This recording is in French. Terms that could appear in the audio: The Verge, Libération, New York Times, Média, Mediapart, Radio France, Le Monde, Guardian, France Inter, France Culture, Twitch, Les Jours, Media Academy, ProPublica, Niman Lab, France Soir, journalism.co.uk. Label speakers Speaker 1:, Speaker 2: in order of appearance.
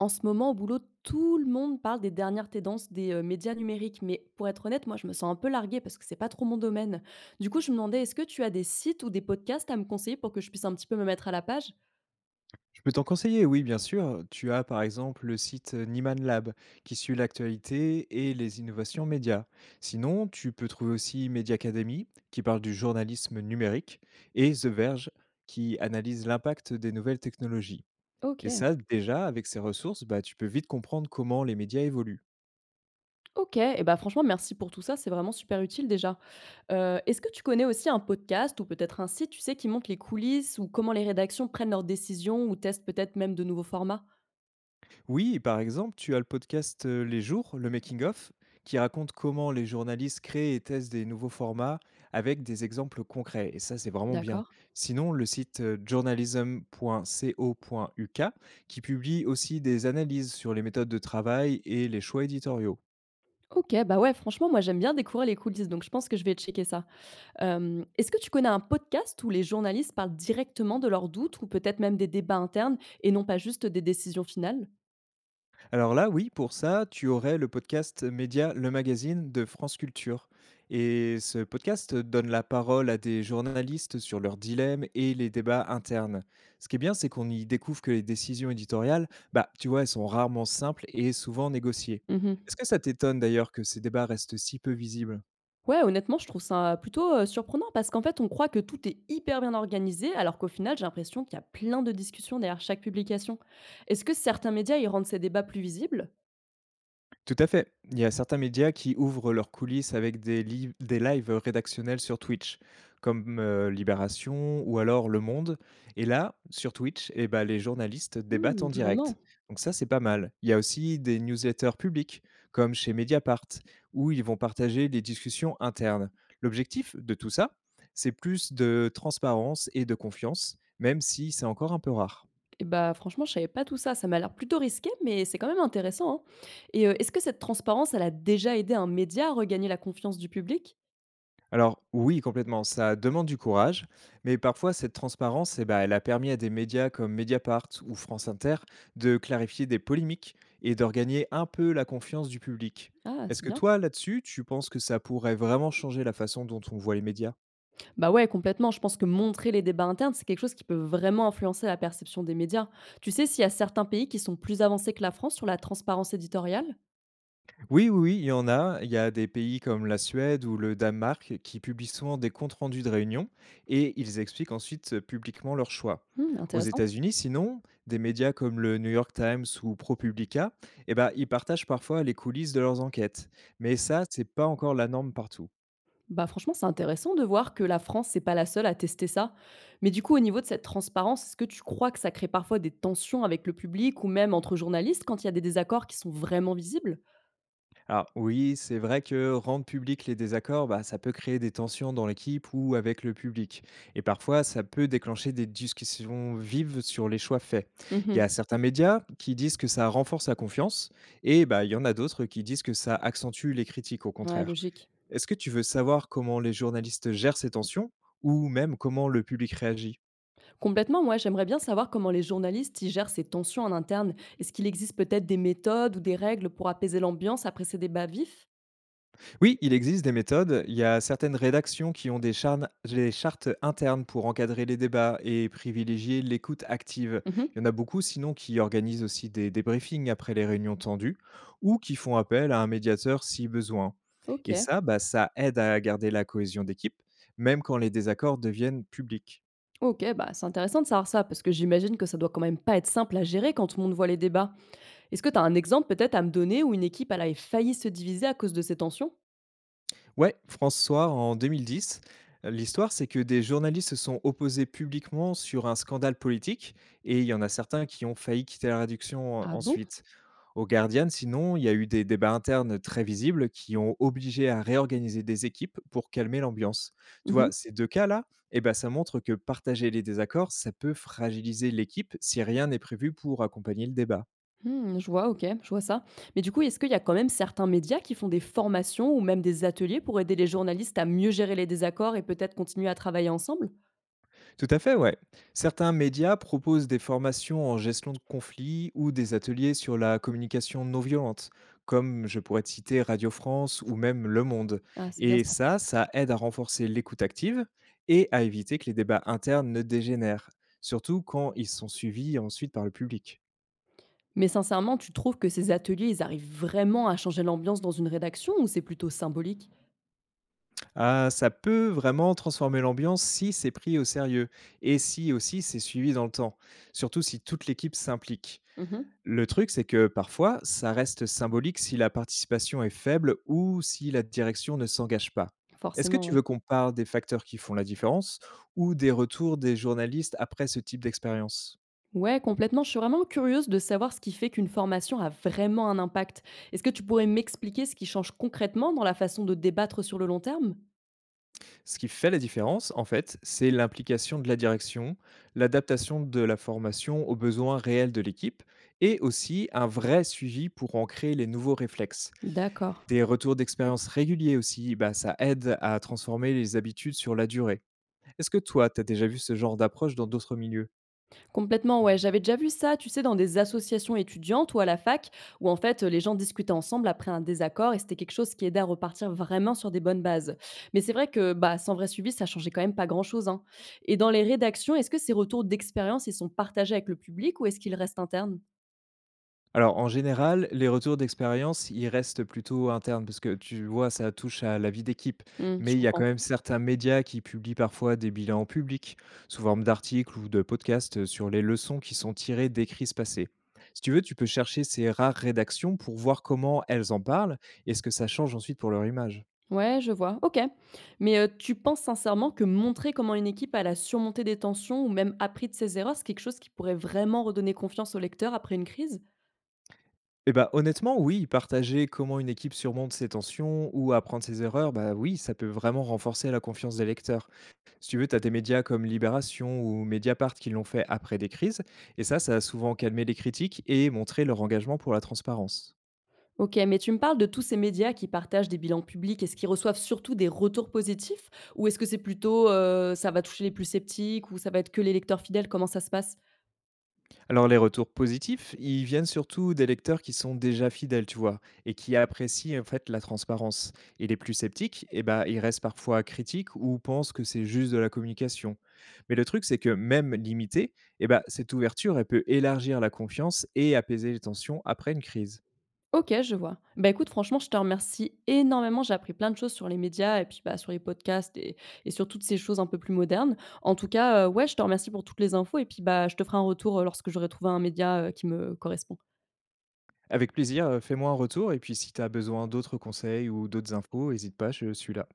Speaker 1: En ce moment, au boulot, tout le monde parle des dernières tendances des médias numériques. Mais pour être honnête, moi, je me sens un peu larguée parce que c'est pas trop mon domaine. Du coup, je me demandais, est-ce que tu as des sites ou des podcasts à me conseiller pour que je puisse un petit peu me mettre à la page.
Speaker 2: Je peux t'en conseiller, oui, bien sûr. Tu as par exemple le site Niman Lab qui suit l'actualité et les innovations médias. Sinon, tu peux trouver aussi Media Academy qui parle du journalisme numérique et The Verge qui analyse l'impact des nouvelles technologies.
Speaker 1: Ok,
Speaker 2: Et ça, déjà, avec ces ressources, bah, tu peux vite comprendre comment les médias évoluent.
Speaker 1: ok. Et bah, franchement, merci pour tout ça. C'est vraiment super utile déjà. Est-ce que tu connais aussi un podcast ou peut-être un site, tu sais, qui montre les coulisses ou comment les rédactions prennent leurs décisions ou testent peut-être même de nouveaux formats?
Speaker 2: Oui, et par exemple, tu as le podcast Les Jours, le Making of, qui raconte comment les journalistes créent et testent des nouveaux formats avec des exemples concrets. Et ça, c'est vraiment bien.
Speaker 1: D'accord.
Speaker 2: Sinon, le site journalism.co.uk, qui publie aussi des analyses sur les méthodes de travail et les choix éditoriaux.
Speaker 1: Ok, bah ouais, franchement, moi, j'aime bien découvrir les coulisses, donc je pense que je vais checker ça. Est-ce que tu connais un podcast où les journalistes parlent directement de leurs doutes ou peut-être même des débats internes et non pas juste des décisions finales?
Speaker 2: Alors là, oui, pour ça, tu aurais le podcast Média, le magazine de France Culture. Et ce podcast donne la parole à des journalistes sur leurs dilemmes et les débats internes. Ce qui est bien, c'est qu'on y découvre que les décisions éditoriales, bah, tu vois, elles sont rarement simples et souvent négociées.
Speaker 1: Mmh.
Speaker 2: Est-ce que ça t'étonne d'ailleurs que ces débats restent si peu visibles?
Speaker 1: Ouais, honnêtement, je trouve ça plutôt, surprenant parce qu'en fait, on croit que tout est hyper bien organisé alors qu'au final, j'ai l'impression qu'il y a plein de discussions derrière chaque publication. Est-ce que certains médias, y rendent ces débats plus visibles?
Speaker 2: Tout à fait. Il y a certains médias qui ouvrent leurs coulisses avec des lives rédactionnels sur Twitch, comme Libération ou alors Le Monde. Et là, sur Twitch, eh ben, les journalistes débattent
Speaker 1: Mmh,
Speaker 2: en direct.
Speaker 1: vraiment?
Speaker 2: Donc ça, c'est pas mal. Il y a aussi des newsletters publics, comme chez Mediapart, où ils vont partager les discussions internes. L'objectif de tout ça, c'est plus de transparence et de confiance, même si c'est encore un peu rare.
Speaker 1: Et bah, franchement, je savais pas tout ça. Ça m'a l'air plutôt risqué, mais c'est quand même intéressant, hein. Et est-ce que cette transparence, elle a déjà aidé un média à regagner la confiance du public?
Speaker 2: Alors oui, complètement, ça demande du courage, mais parfois cette transparence, eh ben, elle a permis à des médias comme Mediapart ou France Inter de clarifier des polémiques et de regagner un peu la confiance du public.
Speaker 1: Ah,
Speaker 2: Est-ce
Speaker 1: c'est
Speaker 2: que
Speaker 1: bien.
Speaker 2: toi, là-dessus, tu penses que ça pourrait vraiment changer la façon dont on voit les médias?
Speaker 1: Bah ouais, complètement. Je pense que montrer les débats internes, c'est quelque chose qui peut vraiment influencer la perception des médias. Tu sais s'il y a certains pays qui sont plus avancés que la France sur la transparence éditoriale?
Speaker 2: Oui, oui, oui, il y en a. Il y a des pays comme la Suède ou le Danemark qui publient souvent des comptes rendus de réunions et ils expliquent ensuite publiquement leurs choix.
Speaker 1: Hmm,
Speaker 2: Aux
Speaker 1: intéressant.
Speaker 2: États-Unis, sinon, des médias comme le New York Times ou ProPublica, eh ben, ils partagent parfois les coulisses de leurs enquêtes. Mais ça, c'est pas encore la norme partout.
Speaker 1: Bah franchement, c'est intéressant de voir que la France, c'est pas la seule à tester ça. Mais du coup, au niveau de cette transparence, est-ce que tu crois que ça crée parfois des tensions avec le public ou même entre journalistes quand il y a des désaccords qui sont vraiment visibles?
Speaker 2: Alors oui, c'est vrai que rendre public les désaccords, bah, ça peut créer des tensions dans l'équipe ou avec le public. Et parfois, ça peut déclencher des discussions vives sur les choix faits. Il y a
Speaker 1: Mhm.
Speaker 2: certains médias qui disent que ça renforce la confiance et bah, il y en a d'autres qui disent que ça accentue les critiques au
Speaker 1: Ouais,
Speaker 2: contraire.
Speaker 1: logique.
Speaker 2: Est-ce que tu veux savoir comment les journalistes gèrent ces tensions ou même comment le public réagit?
Speaker 1: Complètement, moi, j'aimerais bien savoir comment les journalistes y gèrent ces tensions en interne. Est-ce qu'il existe peut-être des méthodes ou des règles pour apaiser l'ambiance après ces débats vifs?
Speaker 2: Oui, il existe des méthodes. Il y a certaines rédactions qui ont des chartes internes pour encadrer les débats et privilégier l'écoute active. Il
Speaker 1: Mhm.
Speaker 2: y en a beaucoup sinon qui organisent aussi des débriefings après les réunions tendues ou qui font appel à un médiateur si besoin.
Speaker 1: Ok,
Speaker 2: Et ça, bah, ça aide à garder la cohésion d'équipe, même quand les désaccords deviennent publics.
Speaker 1: ok, bah c'est intéressant de savoir ça parce que j'imagine que ça doit quand même pas être simple à gérer quand tout le monde voit les débats. Est-ce que tu as un exemple peut-être à me donner où une équipe elle avait failli se diviser à cause de ces tensions?
Speaker 2: Ouais, France Soir en 2010. L'histoire, c'est que des journalistes se sont opposés publiquement sur un scandale politique et il y en a certains qui ont failli quitter la réduction
Speaker 1: Ah bon.
Speaker 2: ensuite. Au Guardian, sinon, il y a eu des débats internes très visibles qui ont obligé à réorganiser des équipes pour calmer l'ambiance. Tu
Speaker 1: Mhm.
Speaker 2: vois, ces deux cas-là, eh ben, ça montre que partager les désaccords, ça peut fragiliser l'équipe si rien n'est prévu pour accompagner le débat.
Speaker 1: Hmm, je vois, ok, je vois ça. Mais du coup, est-ce qu'il y a quand même certains médias qui font des formations ou même des ateliers pour aider les journalistes à mieux gérer les désaccords et peut-être continuer à travailler ensemble?
Speaker 2: Tout à fait, ouais. Certains médias proposent des formations en gestion de conflits ou des ateliers sur la communication non violente, comme je pourrais te citer Radio France ou même Le Monde.
Speaker 1: Ah, c'est bien
Speaker 2: Et
Speaker 1: ça.
Speaker 2: ça aide à renforcer l'écoute active et à éviter que les débats internes ne dégénèrent, surtout quand ils sont suivis ensuite par le public.
Speaker 1: Mais sincèrement, tu trouves que ces ateliers, ils arrivent vraiment à changer l'ambiance dans une rédaction ou c'est plutôt symbolique?
Speaker 2: Ah, ça peut vraiment transformer l'ambiance si c'est pris au sérieux et si aussi c'est suivi dans le temps, surtout si toute l'équipe s'implique.
Speaker 1: Mmh.
Speaker 2: Le truc, c'est que parfois, ça reste symbolique si la participation est faible ou si la direction ne s'engage pas. Est-ce que
Speaker 1: Forcément,
Speaker 2: tu veux
Speaker 1: ouais.
Speaker 2: qu'on parle des facteurs qui font la différence ou des retours des journalistes après ce type d'expérience?
Speaker 1: Ouais, complètement. Je suis vraiment curieuse de savoir ce qui fait qu'une formation a vraiment un impact. Est-ce que tu pourrais m'expliquer ce qui change concrètement dans la façon de débattre sur le long terme?
Speaker 2: Ce qui fait la différence, en fait, c'est l'implication de la direction, l'adaptation de la formation aux besoins réels de l'équipe et aussi un vrai suivi pour ancrer les nouveaux réflexes.
Speaker 1: D'accord.
Speaker 2: Des retours d'expérience réguliers aussi, bah, ça aide à transformer les habitudes sur la durée. Est-ce que toi, tu as déjà vu ce genre d'approche dans d'autres milieux?
Speaker 1: Complètement, ouais. J'avais déjà vu ça, tu sais, dans des associations étudiantes ou à la fac, où en fait les gens discutaient ensemble après un désaccord et c'était quelque chose qui aidait à repartir vraiment sur des bonnes bases. Mais c'est vrai que bah, sans vrai suivi, ça changeait quand même pas grand-chose, hein. Et dans les rédactions, est-ce que ces retours d'expérience, ils sont partagés avec le public ou est-ce qu'ils restent internes?
Speaker 2: Alors, en général, les retours d'expérience, ils restent plutôt internes parce que tu vois, ça touche à la vie d'équipe.
Speaker 1: Hmm,
Speaker 2: Mais
Speaker 1: je
Speaker 2: il y a quand
Speaker 1: comprends.
Speaker 2: même certains médias qui publient parfois des bilans publics, sous forme d'articles ou de podcasts, sur les leçons qui sont tirées des crises passées. Si tu veux, tu peux chercher ces rares rédactions pour voir comment elles en parlent et ce que ça change ensuite pour leur image.
Speaker 1: Ouais, je vois. Ok. Mais tu penses sincèrement que montrer comment une équipe elle a surmonté des tensions ou même appris de ses erreurs, c'est quelque chose qui pourrait vraiment redonner confiance au lecteur après une crise?
Speaker 2: Eh ben, honnêtement, oui, partager comment une équipe surmonte ses tensions ou apprendre ses erreurs, bah oui, ça peut vraiment renforcer la confiance des lecteurs. Si tu veux, tu as des médias comme Libération ou Mediapart qui l'ont fait après des crises, et ça a souvent calmé les critiques et montré leur engagement pour la transparence.
Speaker 1: Ok, mais tu me parles de tous ces médias qui partagent des bilans publics. Est-ce qu'ils reçoivent surtout des retours positifs ou est-ce que c'est plutôt ça va toucher les plus sceptiques ou ça va être que les lecteurs fidèles? Comment ça se passe?
Speaker 2: Alors les retours positifs, ils viennent surtout des lecteurs qui sont déjà fidèles, tu vois, et qui apprécient en fait la transparence. Et les plus sceptiques, eh ben, ils restent parfois critiques ou pensent que c'est juste de la communication. Mais le truc, c'est que même limitée, eh ben, cette ouverture, elle peut élargir la confiance et apaiser les tensions après une crise.
Speaker 1: Ok, je vois. Bah écoute, franchement, je te remercie énormément. J'ai appris plein de choses sur les médias et puis bah, sur les podcasts et sur toutes ces choses un peu plus modernes. En tout cas, ouais, je te remercie pour toutes les infos et puis bah, je te ferai un retour lorsque j'aurai trouvé un média qui me correspond.
Speaker 2: Avec plaisir, fais-moi un retour et puis si tu as besoin d'autres conseils ou d'autres infos, hésite pas, je suis là.